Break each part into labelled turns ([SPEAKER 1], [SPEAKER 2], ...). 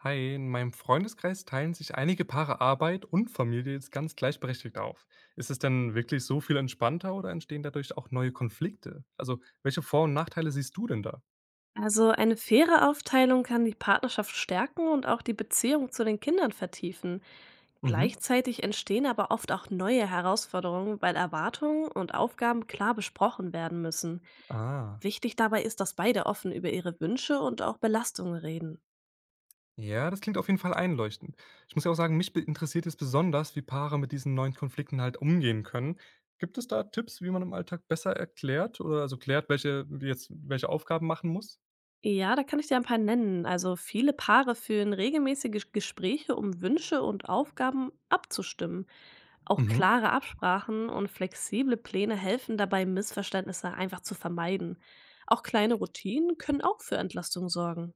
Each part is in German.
[SPEAKER 1] Hi, in meinem Freundeskreis teilen sich einige Paare Arbeit und Familie jetzt ganz gleichberechtigt auf. Ist es denn wirklich so viel entspannter oder entstehen dadurch auch neue Konflikte? Also, welche Vor- und Nachteile siehst du denn da?
[SPEAKER 2] Also eine faire Aufteilung kann die Partnerschaft stärken und auch die Beziehung zu den Kindern vertiefen.
[SPEAKER 1] Mhm.
[SPEAKER 2] Gleichzeitig entstehen aber oft auch neue Herausforderungen, weil Erwartungen und Aufgaben klar besprochen werden müssen.
[SPEAKER 1] Ah,
[SPEAKER 2] Wichtig dabei ist, dass beide offen über ihre Wünsche und auch Belastungen reden.
[SPEAKER 1] ja, das klingt auf jeden Fall einleuchtend. Ich muss ja auch sagen, mich interessiert es besonders, wie Paare mit diesen neuen Konflikten halt umgehen können. Gibt es da Tipps, wie man im Alltag besser erklärt oder also klärt, welche jetzt welche Aufgaben machen muss?
[SPEAKER 2] Ja, da kann ich dir ein paar nennen. Also viele Paare führen regelmäßige Gespräche, um Wünsche und Aufgaben abzustimmen. Auch
[SPEAKER 1] Mhm.
[SPEAKER 2] klare Absprachen und flexible Pläne helfen dabei, Missverständnisse einfach zu vermeiden. Auch kleine Routinen können auch für Entlastung sorgen.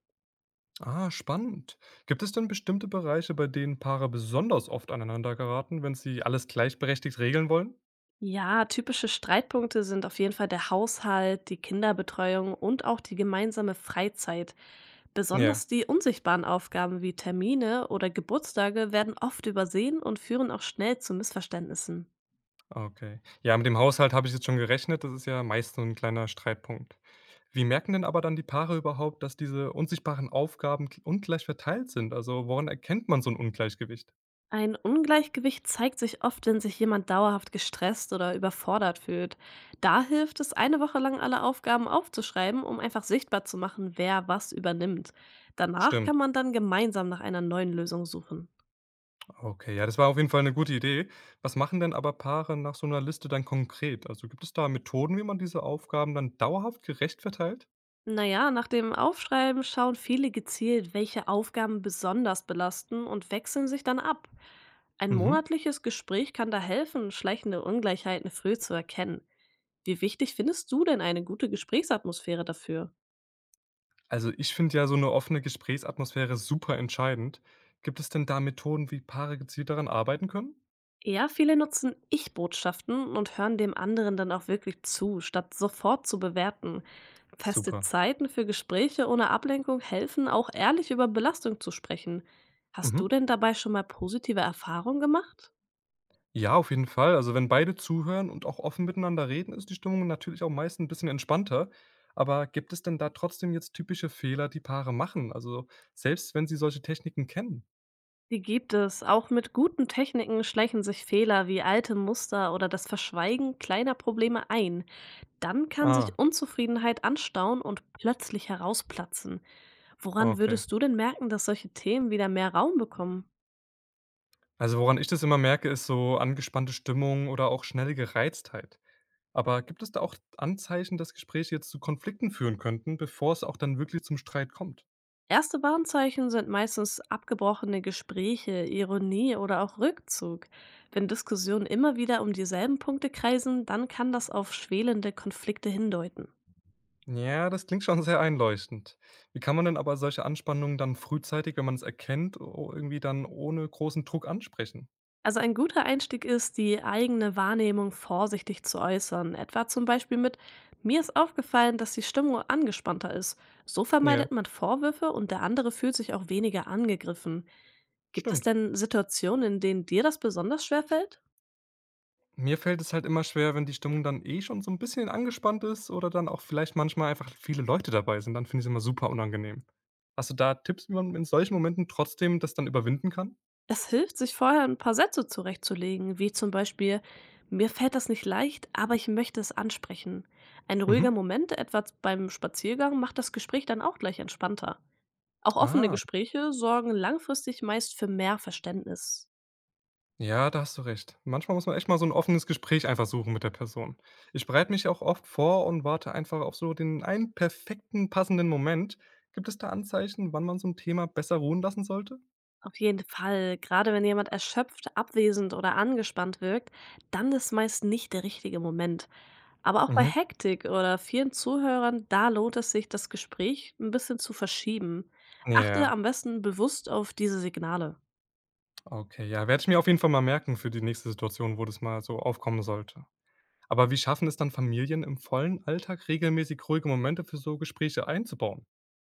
[SPEAKER 1] Ah, spannend. Gibt es denn bestimmte Bereiche, bei denen Paare besonders oft aneinander geraten, wenn sie alles gleichberechtigt regeln wollen?
[SPEAKER 2] Ja, typische Streitpunkte sind auf jeden Fall der Haushalt, die Kinderbetreuung und auch die gemeinsame Freizeit.
[SPEAKER 1] Ja,
[SPEAKER 2] Besonders die unsichtbaren Aufgaben wie Termine oder Geburtstage werden oft übersehen und führen auch schnell zu Missverständnissen.
[SPEAKER 1] okay. Ja, mit dem Haushalt habe ich jetzt schon gerechnet. Das ist ja meist so ein kleiner Streitpunkt. Wie merken denn aber dann die Paare überhaupt, dass diese unsichtbaren Aufgaben ungleich verteilt sind? Also woran erkennt man so ein Ungleichgewicht?
[SPEAKER 2] Ein Ungleichgewicht zeigt sich oft, wenn sich jemand dauerhaft gestresst oder überfordert fühlt. Da hilft es, eine Woche lang alle Aufgaben aufzuschreiben, um einfach sichtbar zu machen, wer was übernimmt. Danach
[SPEAKER 1] Stimmt.
[SPEAKER 2] kann man dann gemeinsam nach einer neuen Lösung suchen.
[SPEAKER 1] Okay, ja, das war auf jeden Fall eine gute Idee. Was machen denn aber Paare nach so einer Liste dann konkret? Also gibt es da Methoden, wie man diese Aufgaben dann dauerhaft gerecht verteilt?
[SPEAKER 2] Naja, nach dem Aufschreiben schauen viele gezielt, welche Aufgaben besonders belasten und wechseln sich dann ab. Ein
[SPEAKER 1] Mhm.
[SPEAKER 2] monatliches Gespräch kann da helfen, schleichende Ungleichheiten früh zu erkennen. Wie wichtig findest du denn eine gute Gesprächsatmosphäre dafür?
[SPEAKER 1] Also ich finde ja so eine offene Gesprächsatmosphäre super entscheidend. Gibt es denn da Methoden, wie Paare gezielt daran arbeiten können?
[SPEAKER 2] Ja, viele nutzen Ich-Botschaften und hören dem anderen dann auch wirklich zu, statt sofort zu bewerten. Feste
[SPEAKER 1] Super.
[SPEAKER 2] Zeiten für Gespräche ohne Ablenkung helfen, auch ehrlich über Belastung zu sprechen. Hast du
[SPEAKER 1] Mhm.
[SPEAKER 2] denn dabei schon mal positive Erfahrungen gemacht?
[SPEAKER 1] Ja, auf jeden Fall. Also wenn beide zuhören und auch offen miteinander reden, ist die Stimmung natürlich auch meist ein bisschen entspannter. Aber gibt es denn da trotzdem jetzt typische Fehler, die Paare machen? Also selbst wenn sie solche Techniken kennen?
[SPEAKER 2] Die gibt es. Auch mit guten Techniken schleichen sich Fehler wie alte Muster oder das Verschweigen kleiner Probleme ein. Dann kann
[SPEAKER 1] Ah,
[SPEAKER 2] sich Unzufriedenheit anstauen und plötzlich herausplatzen. Woran
[SPEAKER 1] okay.
[SPEAKER 2] würdest du denn merken, dass solche Themen wieder mehr Raum bekommen?
[SPEAKER 1] Also woran ich das immer merke, ist so angespannte Stimmung oder auch schnelle Gereiztheit. Aber gibt es da auch Anzeichen, dass Gespräche jetzt zu Konflikten führen könnten, bevor es auch dann wirklich zum Streit kommt?
[SPEAKER 2] Erste Warnzeichen sind meistens abgebrochene Gespräche, Ironie oder auch Rückzug. Wenn Diskussionen immer wieder um dieselben Punkte kreisen, dann kann das auf schwelende Konflikte hindeuten.
[SPEAKER 1] Ja, das klingt schon sehr einleuchtend. Wie kann man denn aber solche Anspannungen dann frühzeitig, wenn man es erkennt, irgendwie dann ohne großen Druck ansprechen?
[SPEAKER 2] Also ein guter Einstieg ist, die eigene Wahrnehmung vorsichtig zu äußern, etwa zum Beispiel mit: „Mir ist aufgefallen, dass die Stimmung angespannter ist.“ So
[SPEAKER 1] Ja,
[SPEAKER 2] vermeidet man Vorwürfe und der andere fühlt sich auch weniger angegriffen. Gibt es
[SPEAKER 1] stimmt.
[SPEAKER 2] denn Situationen, in denen dir das besonders schwer fällt?
[SPEAKER 1] Mir fällt es halt immer schwer, wenn die Stimmung dann eh schon so ein bisschen angespannt ist oder dann auch vielleicht manchmal einfach viele Leute dabei sind. Dann finde ich es immer super unangenehm. Hast du da Tipps, wie man in solchen Momenten trotzdem das dann überwinden kann?
[SPEAKER 2] Es hilft, sich vorher ein paar Sätze zurechtzulegen, wie zum Beispiel: „Mir fällt das nicht leicht, aber ich möchte es ansprechen.“ Ein ruhiger
[SPEAKER 1] Mhm.
[SPEAKER 2] Moment, etwa beim Spaziergang, macht das Gespräch dann auch gleich entspannter. Auch offene
[SPEAKER 1] Ah,
[SPEAKER 2] Gespräche sorgen langfristig meist für mehr Verständnis.
[SPEAKER 1] ja, da hast du recht. Manchmal muss man echt mal so ein offenes Gespräch einfach suchen mit der Person. Ich bereite mich auch oft vor und warte einfach auf so den einen perfekten, passenden Moment. Gibt es da Anzeichen, wann man so ein Thema besser ruhen lassen sollte?
[SPEAKER 2] Auf jeden Fall, gerade wenn jemand erschöpft, abwesend oder angespannt wirkt, dann ist meist nicht der richtige Moment. Aber auch bei
[SPEAKER 1] Mhm.
[SPEAKER 2] Hektik oder vielen Zuhörern, da lohnt es sich, das Gespräch ein bisschen zu verschieben. Achte
[SPEAKER 1] Ja,
[SPEAKER 2] am besten bewusst auf diese Signale.
[SPEAKER 1] okay. Ja, werde ich mir auf jeden Fall mal merken für die nächste Situation, wo das mal so aufkommen sollte. Aber wie schaffen es dann Familien im vollen Alltag regelmäßig ruhige Momente für so Gespräche einzubauen?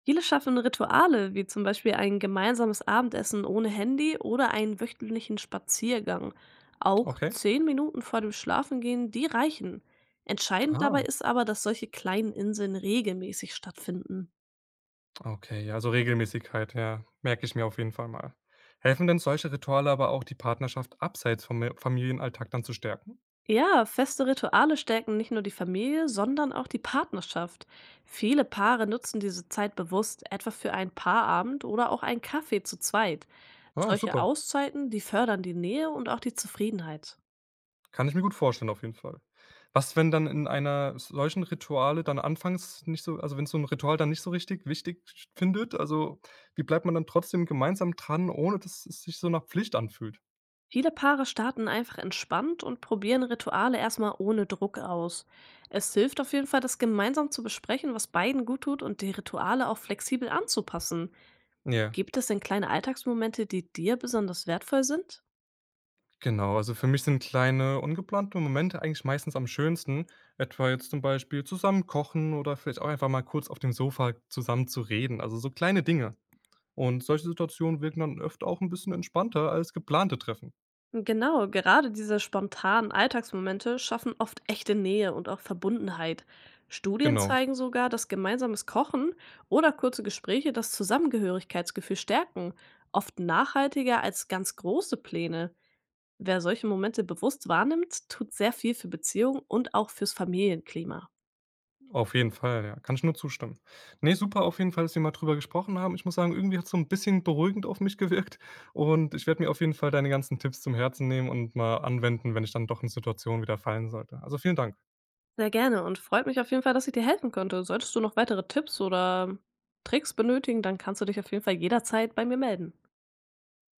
[SPEAKER 2] Viele schaffen Rituale, wie zum Beispiel ein gemeinsames Abendessen ohne Handy oder einen wöchentlichen Spaziergang. Auch
[SPEAKER 1] Okay.
[SPEAKER 2] 10 Minuten vor dem Schlafengehen, die reichen. Entscheidend
[SPEAKER 1] Ah.
[SPEAKER 2] dabei ist aber, dass solche kleinen Inseln regelmäßig stattfinden.
[SPEAKER 1] Okay, ja, also Regelmäßigkeit, ja, merke ich mir auf jeden Fall mal. Helfen denn solche Rituale aber auch, die Partnerschaft abseits vom Familienalltag dann zu stärken?
[SPEAKER 2] Ja, feste Rituale stärken nicht nur die Familie, sondern auch die Partnerschaft. Viele Paare nutzen diese Zeit bewusst, etwa für einen Paarabend oder auch einen Kaffee zu zweit.
[SPEAKER 1] Ah,
[SPEAKER 2] Solche
[SPEAKER 1] super.
[SPEAKER 2] Auszeiten, die fördern die Nähe und auch die Zufriedenheit.
[SPEAKER 1] Kann ich mir gut vorstellen, auf jeden Fall. Was, wenn dann in einer solchen Rituale dann anfangs nicht so, also wenn so ein Ritual dann nicht so richtig wichtig findet, also wie bleibt man dann trotzdem gemeinsam dran, ohne dass es sich so nach Pflicht anfühlt?
[SPEAKER 2] Viele Paare starten einfach entspannt und probieren Rituale erstmal ohne Druck aus. Es hilft auf jeden Fall, das gemeinsam zu besprechen, was beiden gut tut und die Rituale auch flexibel anzupassen.
[SPEAKER 1] Ja.
[SPEAKER 2] Gibt es denn kleine Alltagsmomente, die dir besonders wertvoll sind?
[SPEAKER 1] Genau, also für mich sind kleine, ungeplante Momente eigentlich meistens am schönsten, etwa jetzt zum Beispiel zusammen kochen oder vielleicht auch einfach mal kurz auf dem Sofa zusammen zu reden, also so kleine Dinge. Und solche Situationen wirken dann öfter auch ein bisschen entspannter als geplante Treffen.
[SPEAKER 2] Genau, gerade diese spontanen Alltagsmomente schaffen oft echte Nähe und auch Verbundenheit. Studien
[SPEAKER 1] Genau,
[SPEAKER 2] zeigen sogar, dass gemeinsames Kochen oder kurze Gespräche das Zusammengehörigkeitsgefühl stärken, oft nachhaltiger als ganz große Pläne. Wer solche Momente bewusst wahrnimmt, tut sehr viel für Beziehungen und auch fürs Familienklima.
[SPEAKER 1] auf jeden Fall, ja, kann ich nur zustimmen. Ne, super auf jeden Fall, dass wir mal drüber gesprochen haben. Ich muss sagen, irgendwie hat es so ein bisschen beruhigend auf mich gewirkt und ich werde mir auf jeden Fall deine ganzen Tipps zum Herzen nehmen und mal anwenden, wenn ich dann doch in Situationen wieder fallen sollte. Also, vielen Dank.
[SPEAKER 2] Sehr gerne und freut mich auf jeden Fall, dass ich dir helfen konnte. Solltest du noch weitere Tipps oder Tricks benötigen, dann kannst du dich auf jeden Fall jederzeit bei mir melden.